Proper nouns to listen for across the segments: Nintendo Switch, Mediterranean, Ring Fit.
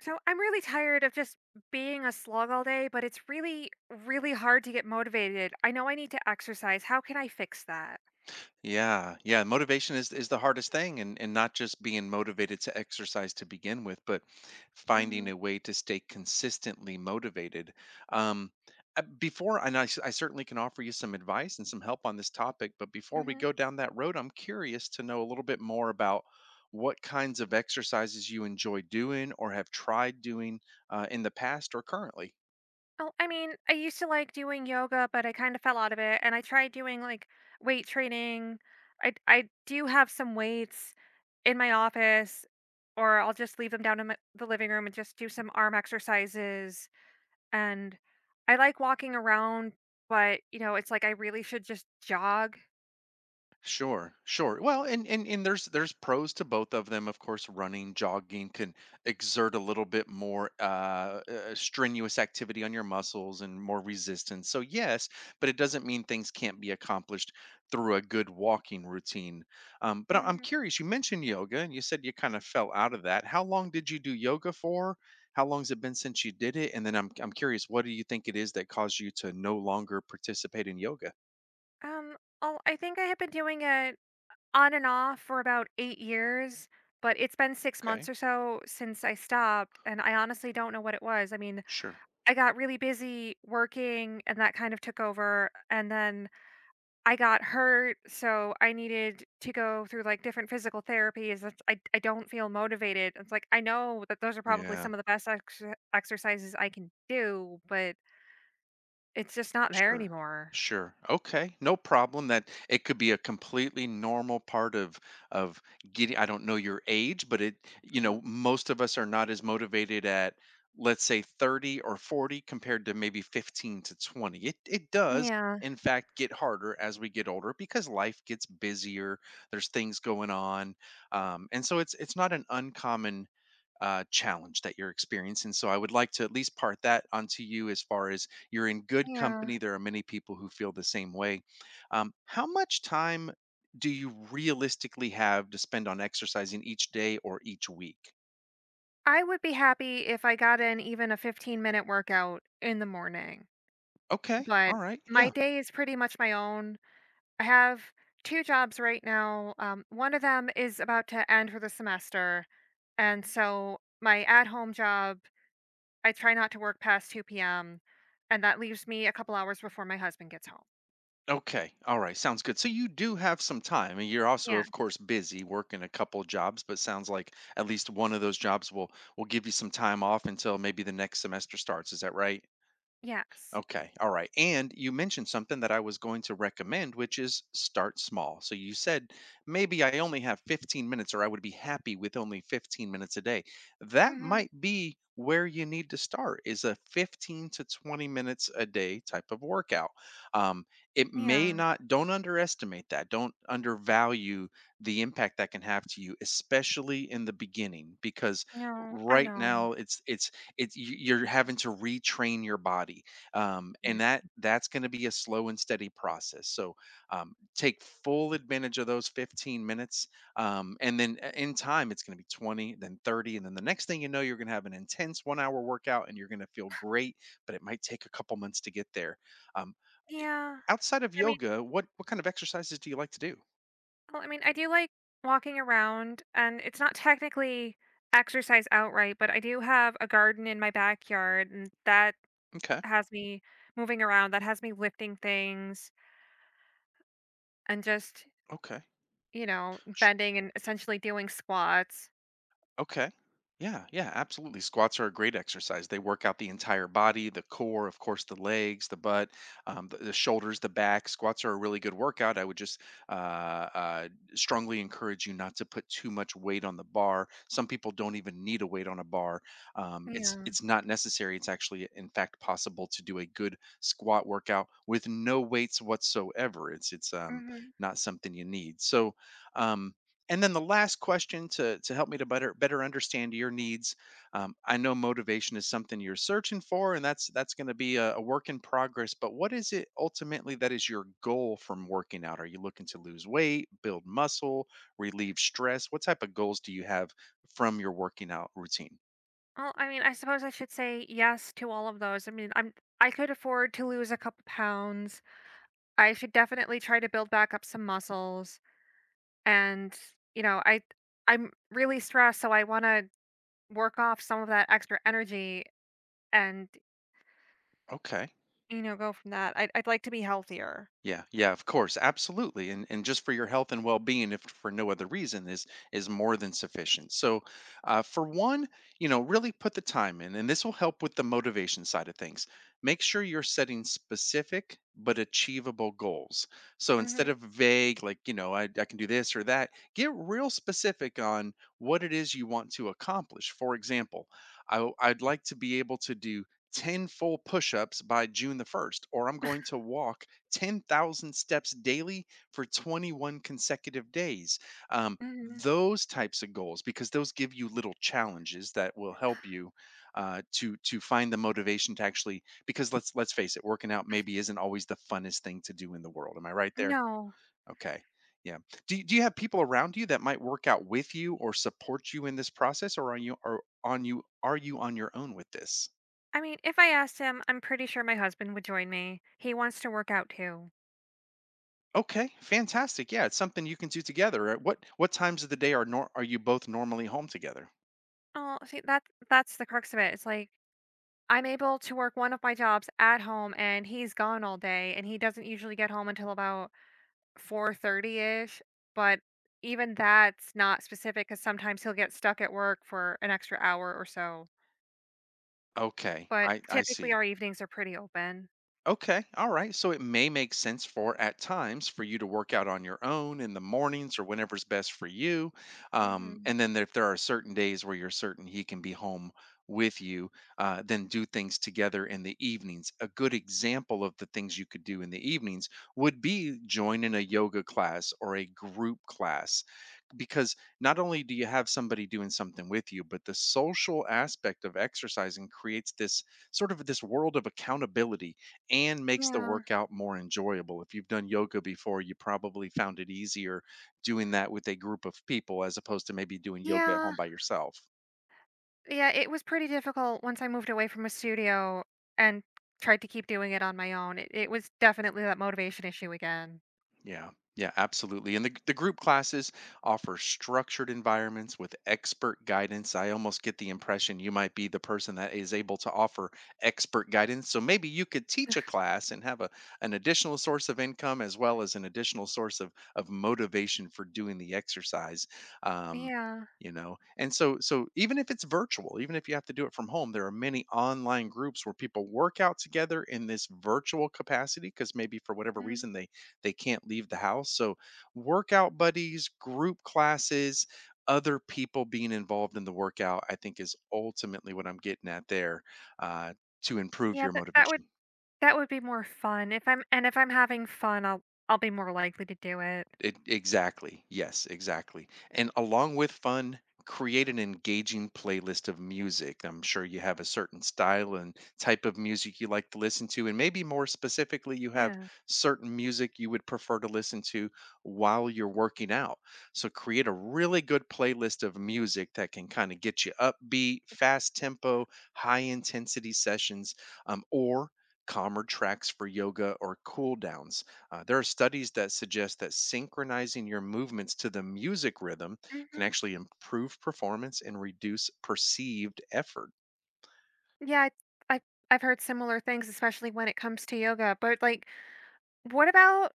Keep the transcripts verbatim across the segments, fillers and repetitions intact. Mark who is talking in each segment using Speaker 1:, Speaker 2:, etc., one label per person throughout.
Speaker 1: So I'm really tired of just being a slog all day, but it's really, really hard to get motivated. I know I need to exercise. How can I fix that?
Speaker 2: Yeah, yeah. Motivation is is the hardest thing, and and not just being motivated to exercise to begin with, but
Speaker 1: Mm-hmm.
Speaker 2: finding a way to stay consistently motivated. Um, uh, before, and I, s- I certainly can offer you some advice and some help on this topic. But before we
Speaker 1: hmm
Speaker 2: go down that road, I'm curious to know a little bit more about what kinds of exercises you enjoy doing or have tried doing uh, in the past or currently.
Speaker 1: Oh, I mean, I used to like doing yoga, but I kind of fell out of it. And I tried doing like weight training. I I do have some weights in my office, or I'll just leave them down in my, the living room and just do some arm exercises. And I like walking around, but you know, it's like I really should just jog.
Speaker 2: Sure, sure. Well, and and and there's there's pros to both of them. Of course, running, jogging can exert a little bit more uh, uh, strenuous activity on your muscles and more resistance. So yes, but it doesn't mean things can't be accomplished through a good walking routine. Um, but I- I'm curious. You mentioned yoga, and you said you kind of fell out of that. How long did you do yoga for? How long's it been since you did it? And then I'm I'm curious. What do you think it is that caused you to no longer participate in yoga?
Speaker 1: Um, oh, I think I have been doing it on and off for about eight years, but it's been six months
Speaker 2: Okay,
Speaker 1: or so since I stopped, and I honestly don't know what it was. I mean,
Speaker 2: sure.
Speaker 1: I got really busy working, and that kind of took over, and then I got hurt, so I needed to go through like different physical therapies. That's, I I don't feel motivated. It's like I know that those are probably
Speaker 2: Yeah.
Speaker 1: some of the best ex- exercises I can do, but it's just not there
Speaker 2: Sure.
Speaker 1: anymore.
Speaker 2: Sure. Okay. No problem. That it could be a completely normal part of of getting, I don't know your age, but it you
Speaker 1: Mhm.
Speaker 2: know, most of us are not as motivated at let's say thirty or forty compared to maybe fifteen to twenty. It it does
Speaker 1: Yeah,
Speaker 2: in fact get harder as we get older because life gets busier, there's things going on. Um and so it's it's not an uncommon uh, challenge that you're experiencing. So I would like to at least part that onto you as far as you're in good
Speaker 1: yeah.
Speaker 2: company. There are many people who feel the same way. Um, how much time do you realistically have to spend on exercising each day or each week?
Speaker 1: I would be happy if I got in even a fifteen-minute workout in the morning,
Speaker 2: Okay. All
Speaker 1: but
Speaker 2: right.
Speaker 1: my
Speaker 2: Yeah.
Speaker 1: day is pretty much my own. I have two jobs right now, um, one of them is about to end for the semester, and so my at-home job, I try not to work past two p m, and that leaves me a couple hours before my husband gets home.
Speaker 2: Okay. All right. Sounds good. So you do have some time, and you're also,
Speaker 1: Yeah.
Speaker 2: of course, busy working a couple jobs. But sounds like at least one of those jobs will will give you some time off until maybe the next semester starts. Is that right?
Speaker 1: Yes.
Speaker 2: Okay. All right. And you mentioned something that I was going to recommend, which is start small. So you said, maybe I only have fifteen minutes, or I would be happy with only fifteen minutes a day. That
Speaker 1: Mhm.
Speaker 2: might be where you need to start is a fifteen to twenty minutes a day type of workout. Um, it may
Speaker 1: Yeah.
Speaker 2: not, don't underestimate that. Don't undervalue the impact that can have to you, especially in the beginning, because
Speaker 1: No, I
Speaker 2: right
Speaker 1: know.
Speaker 2: now it's, it's, it's, you- you're having to retrain your body um,
Speaker 1: Yeah.
Speaker 2: and that that's going to be a slow and steady process, so um, take full advantage of those fifteen minutes, um, and then a- in time it's going to be twenty, then thirty, and then the next thing you know you're going to have an intense one hour workout and you're going to feel great, but it might take a couple months to get there. um,
Speaker 1: Yeah.
Speaker 2: Outside of
Speaker 1: I mean
Speaker 2: yoga, what what kind of exercises do you like to do?
Speaker 1: Well, I mean, I do like walking around, and it's not technically exercise outright, but I do have a garden in my backyard, and that
Speaker 2: Okay.
Speaker 1: has me moving around. That has me lifting things and just,
Speaker 2: Okay.
Speaker 1: you know, bending and essentially doing squats.
Speaker 2: Okay. Yeah, yeah, absolutely. Squats are a great exercise. They work out the entire body, the core, of course, the legs, the butt, um, the, the shoulders, the back. Squats are a really good workout. I would just uh, uh, strongly encourage you not to put too much weight on the bar. Some people don't even need a weight on a bar. Um, it's
Speaker 1: Yeah.
Speaker 2: it's not necessary. It's actually, in fact, possible to do a good squat workout with no weights whatsoever. It's it's um,
Speaker 1: hmm
Speaker 2: not something you need. So. Um, and then the last question to to help me to better better understand your needs. Um, I know motivation is something you're searching for, and that's that's going to be a, a work in progress. But what is it ultimately that is your goal from working out? Are you looking to lose weight, build muscle, relieve stress? What type of goals do you have from your working out routine?
Speaker 1: Well, I mean, I suppose I should say yes to all of those. I mean, I'm I could afford to lose a couple pounds. I should definitely try to build back up some muscles, and you know, I I'm really stressed, so I want to work off some of that extra energy and
Speaker 2: Okay.
Speaker 1: you know go from that i'd, I'd like to be healthier.
Speaker 2: Yeah, yeah, of course, absolutely, and and just for your health and well-being, if for no other reason, is is more than sufficient. So, uh, for one, you know, really put the time in, and this will help with the motivation side of things. Make sure you're setting specific but achievable goals. So
Speaker 1: Hmm.
Speaker 2: instead of vague, like you know, I I can do this or that, get real specific on what it is you want to accomplish. For example, I w- I'd like to be able to do. ten full push ups by June the first, or I'm going to walk ten thousand steps daily for twenty-one consecutive days. Um,
Speaker 1: Hmm.
Speaker 2: those types of goals, because those give you little challenges that will help you uh, to to find the motivation to actually. Because let's let's face it, working out maybe isn't always the funnest thing to do in the world. Am I right there?
Speaker 1: No,
Speaker 2: Okay. Yeah. Do you, do you have people around you that might work out with you or support you in this process, or are you are on you are you on your own with this?
Speaker 1: I mean, if I asked him, I'm pretty sure my husband would join me. He wants to work out too.
Speaker 2: Okay, fantastic. Yeah, it's something you can do together. Uh, What what times of the day are nor- are you both normally home together?
Speaker 1: Oh, see, that that's the crux of it. It's like I'm able to work one of my jobs at home, and he's gone all day, and he doesn't usually get home until about 4.30ish, but even that's not specific, because sometimes he'll get stuck at work for an extra hour or so.
Speaker 2: Okay,
Speaker 1: But
Speaker 2: I I
Speaker 1: typically
Speaker 2: see.
Speaker 1: our evenings are pretty open.
Speaker 2: Okay, all right. So it may make sense for at times for you to work out on your own in the mornings or whenever's best for you. Um,
Speaker 1: Mhm.
Speaker 2: and then if there are certain days where you're certain he can be home with you, uh, then do things together in the evenings. A good example of the things you could do in the evenings would be join in a yoga class or a group class, because not only do you have somebody doing something with you, but the social aspect of exercising creates this sort of this world of accountability and makes the
Speaker 1: Yeah.
Speaker 2: workout more enjoyable. If you've done yoga before, you probably found it easier doing that with a group of people as opposed to maybe doing yoga at
Speaker 1: Yeah.
Speaker 2: home by yourself.
Speaker 1: Yeah, it was pretty difficult once I moved away from a studio and tried to keep doing it on my own. It it was definitely that motivation issue again.
Speaker 2: Yeah, yeah, absolutely. And the, the group classes offer structured environments with expert guidance. I almost get the impression you might be the person that is able to offer expert guidance. So maybe you could teach a class and have a, an additional source of income as well as an additional source of, of motivation for doing the exercise. Um,
Speaker 1: Yeah.
Speaker 2: you know, and so so even if it's virtual, even if you have to do it from home, there are many online groups where people work out together in this virtual capacity, because maybe for whatever
Speaker 1: Mm.
Speaker 2: reason they they can't leave the house. So, workout buddies, group classes, other people being involved in the workout, I think is ultimately what I'm getting at there, uh, to improve
Speaker 1: Yeah,
Speaker 2: your
Speaker 1: that that would
Speaker 2: motivation.
Speaker 1: that would be more fun. If I'm and if I'm having fun, I'll I'll be more likely to do it.
Speaker 2: It, exactly. Yes, exactly. And along with fun, create an engaging playlist of music. I'm sure you have a certain style and type of music you like to listen to. And maybe more specifically, you have
Speaker 1: Yeah.
Speaker 2: certain music you would prefer to listen to while you're working out. So create a really good playlist of music that can kind of get you upbeat, fast tempo, high intensity sessions, um, or calmer tracks for yoga or cool downs. uh, there are studies that suggest that synchronizing your movements to the music rhythm can
Speaker 1: Mhm.
Speaker 2: actually improve performance and reduce perceived effort.
Speaker 1: Yeah, I I I've heard similar things, especially when it comes to yoga, but like what about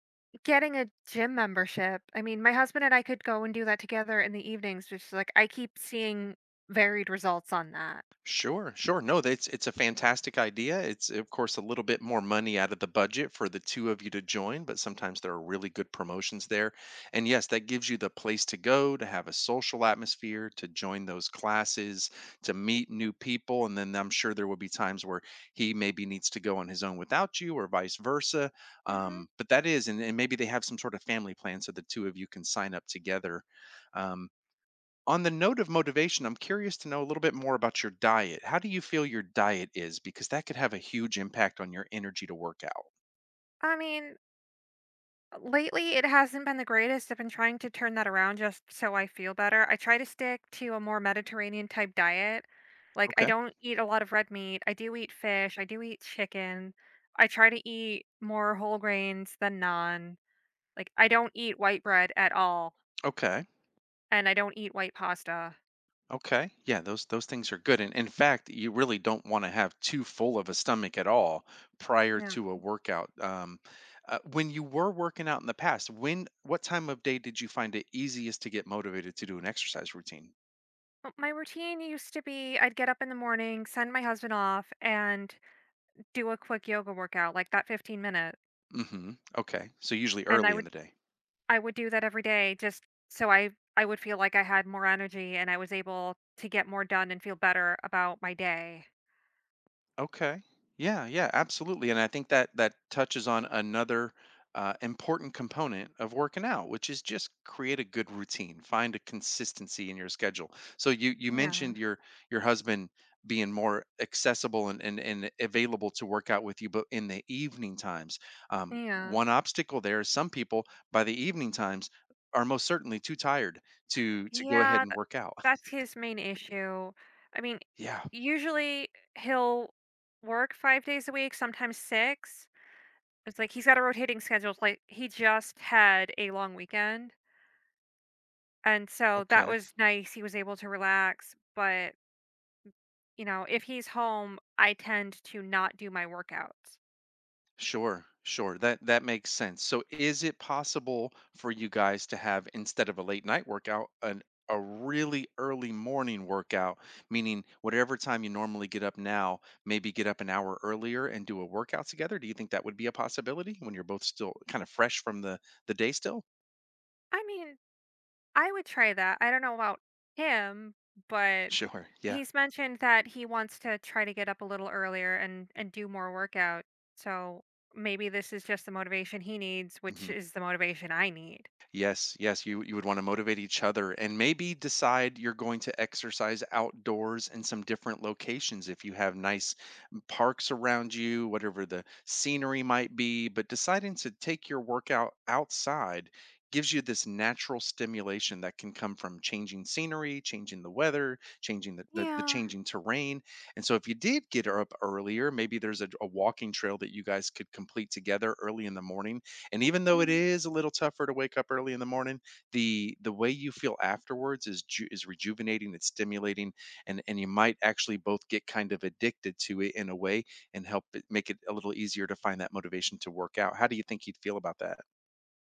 Speaker 1: getting a gym membership? I mean, my husband and I could go and do that together in the evenings, which is like I keep seeing varied results on that.
Speaker 2: Sure, sure. No, that's it's a fantastic idea. It's of course a little bit more money out of the budget for the two of you to join, but sometimes there are really good promotions there. And yes, that gives you the place to go, to have a social atmosphere, to join those classes, to meet new people, and then I'm sure there will be times where he maybe needs to go on his own without you or vice versa.
Speaker 1: Hmm.
Speaker 2: Um, but that is, and, and maybe they have some sort of family plan so the two of you can sign up together. Um, on the note of motivation, I'm curious to know a little bit more about your diet. How do you feel your diet is? Because that could have a huge impact on your energy to work out.
Speaker 1: I mean, lately it hasn't been the greatest. I've been trying to turn that around just so I feel better. I try to stick to a more Mediterranean type diet. Like, I
Speaker 2: Okay.
Speaker 1: don't eat a lot of red meat. I do eat fish. I do eat chicken. I try to eat more whole grains than non. Like, I don't eat white bread at all,
Speaker 2: Okay.
Speaker 1: and I don't eat white pasta.
Speaker 2: Okay. Yeah, those those things are good. And in fact, you really don't want to have too full of a stomach at all prior to a workout. Um, uh, when you were working out in the past, when what time of day did you find it easiest to get motivated to do an exercise routine?
Speaker 1: Well, my routine used to be I'd get up in the morning, send my husband off, and do a quick yoga workout, like that fifteen minute.
Speaker 2: Hmm. Okay. So usually
Speaker 1: And I
Speaker 2: early in
Speaker 1: would
Speaker 2: the day.
Speaker 1: I would do that every day, just so I I would feel like I had more energy and I was able to get more done and feel better about my day.
Speaker 2: Okay. Yeah, yeah, absolutely. And I think that that touches on another uh, important component of working out, which is just create a good routine, find a consistency in your schedule. So you you
Speaker 1: Yeah.
Speaker 2: mentioned your your husband being more accessible and and, and available to work out with you, but in the evening times, um,
Speaker 1: Yeah.
Speaker 2: one obstacle there is some people by the evening times are most certainly too tired to to go ahead
Speaker 1: Yeah,
Speaker 2: and
Speaker 1: th-
Speaker 2: work out.
Speaker 1: that's his main issue. I mean,
Speaker 2: Yeah,
Speaker 1: usually he'll work five days a week, sometimes six. It's like he's got a rotating schedule. It's like he just had a long weekend, and so that
Speaker 2: okay.
Speaker 1: was nice, he was able to relax, but, you know, if he's home, I tend to not do my workouts.
Speaker 2: Sure, sure. That that makes sense. So is it possible for you guys to have, instead of a late night workout, an a really early morning workout, meaning whatever time you normally get up now, maybe get up an hour earlier and do a workout together? Do you think that would be a possibility when you're both still kind of fresh from the the day still?
Speaker 1: I mean, I would try that. I don't know about him, but
Speaker 2: Sure. Yeah.
Speaker 1: he's mentioned that he wants to try to get up a little earlier and and do more workout, so maybe this is just the motivation he needs, which
Speaker 2: Hmm.
Speaker 1: is the motivation I need.
Speaker 2: Yes, yes, you you would want to motivate each other and maybe decide you're going to exercise outdoors in some different locations. If you have nice parks around you, whatever the scenery might be, but deciding to take your workout outside gives you this natural stimulation that can come from changing scenery, changing the weather, changing the, the, the
Speaker 1: Yeah.
Speaker 2: changing terrain. And so if you did get up earlier, maybe there's a, a walking trail that you guys could complete together early in the morning. And even though it
Speaker 1: Mm,
Speaker 2: is a little tougher to wake up early in the morning, the the way you feel afterwards is ju- is rejuvenating, it's stimulating, and and you might actually both get kind of addicted to it in a way and help it make it a little easier to find that motivation to work out. How do you think you'd feel about that?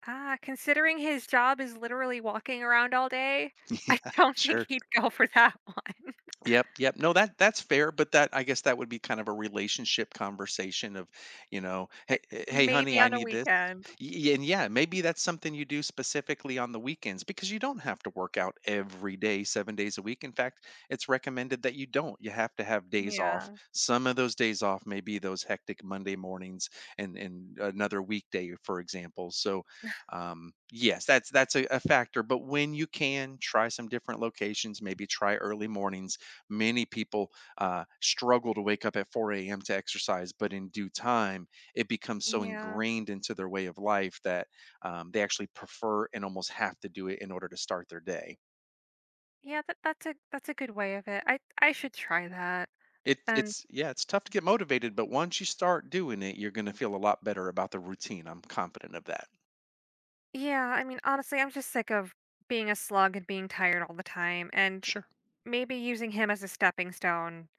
Speaker 1: ah, considering his job is literally walking around all day, I don't think
Speaker 2: Sure.
Speaker 1: he'd go for that one.
Speaker 2: Yep, yep. No, that that's fair, but that, I guess that would be kind of a relationship conversation of, you know, hey, eh, hey honey,
Speaker 1: Maybe
Speaker 2: I
Speaker 1: on a
Speaker 2: need this.
Speaker 1: weekend.
Speaker 2: Y- And yeah, maybe that's something you do specifically on the weekends, because you don't have to work out every day, seven days a week. In fact, it's recommended that you don't. You have to have days off.
Speaker 1: Yeah.
Speaker 2: Some of those days off may be those hectic Monday mornings and and another weekday, for example. So, um, yes, that's that's a, a factor. But when you can, try some different locations. Maybe try early mornings. Many people uh, struggle to wake up at four a m to exercise, but in due time, it becomes so
Speaker 1: Yeah.
Speaker 2: ingrained into their way of life that um, they actually prefer and almost have to do it in order to start their day.
Speaker 1: Yeah, that that's a that's a good way of it. I I should try that.
Speaker 2: It,
Speaker 1: And
Speaker 2: it's, yeah, it's tough to get motivated, but once you start doing it, you're going to feel a lot better about the routine. I'm confident of that.
Speaker 1: yeah, I mean, honestly, I'm just sick of being a slug and being tired all the time, and
Speaker 2: Sure.
Speaker 1: maybe using him as a stepping stone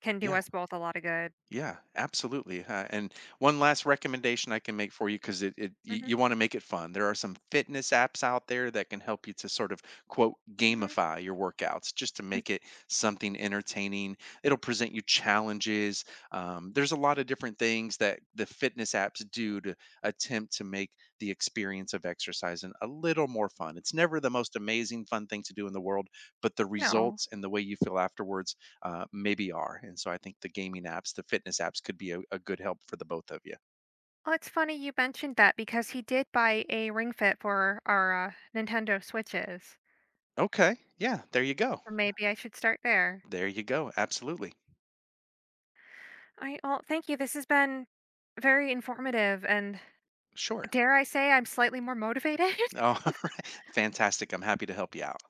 Speaker 1: can do
Speaker 2: Yeah.
Speaker 1: us both a lot of good.
Speaker 2: Yeah, absolutely. Uh, and one last recommendation I can make for you, because it, it you,
Speaker 1: Mhm.
Speaker 2: you want to make it fun. There are some fitness apps out there that can help you to sort of quote
Speaker 1: Mhm.
Speaker 2: gamify your workouts just to make it something entertaining. It'll present you challenges. Um, there's a lot of different things that the fitness apps do to attempt to make the experience of exercising a little more fun. It's never the most amazing fun thing to do in the world, but the
Speaker 1: No.
Speaker 2: results and the way you feel afterwards uh, maybe are. And so I think the gaming apps, the fitness apps could be a, a good help for the both of you.
Speaker 1: Well, it's funny you mentioned that, because he did buy a Ring Fit for our uh, Nintendo Switches.
Speaker 2: Okay. Yeah. There you go.
Speaker 1: So maybe I should start there.
Speaker 2: There you go. Absolutely.
Speaker 1: I Well, thank you. This has been very informative. And
Speaker 2: Sure.
Speaker 1: dare I say I'm slightly more motivated?
Speaker 2: All right. Fantastic. I'm happy to help you out.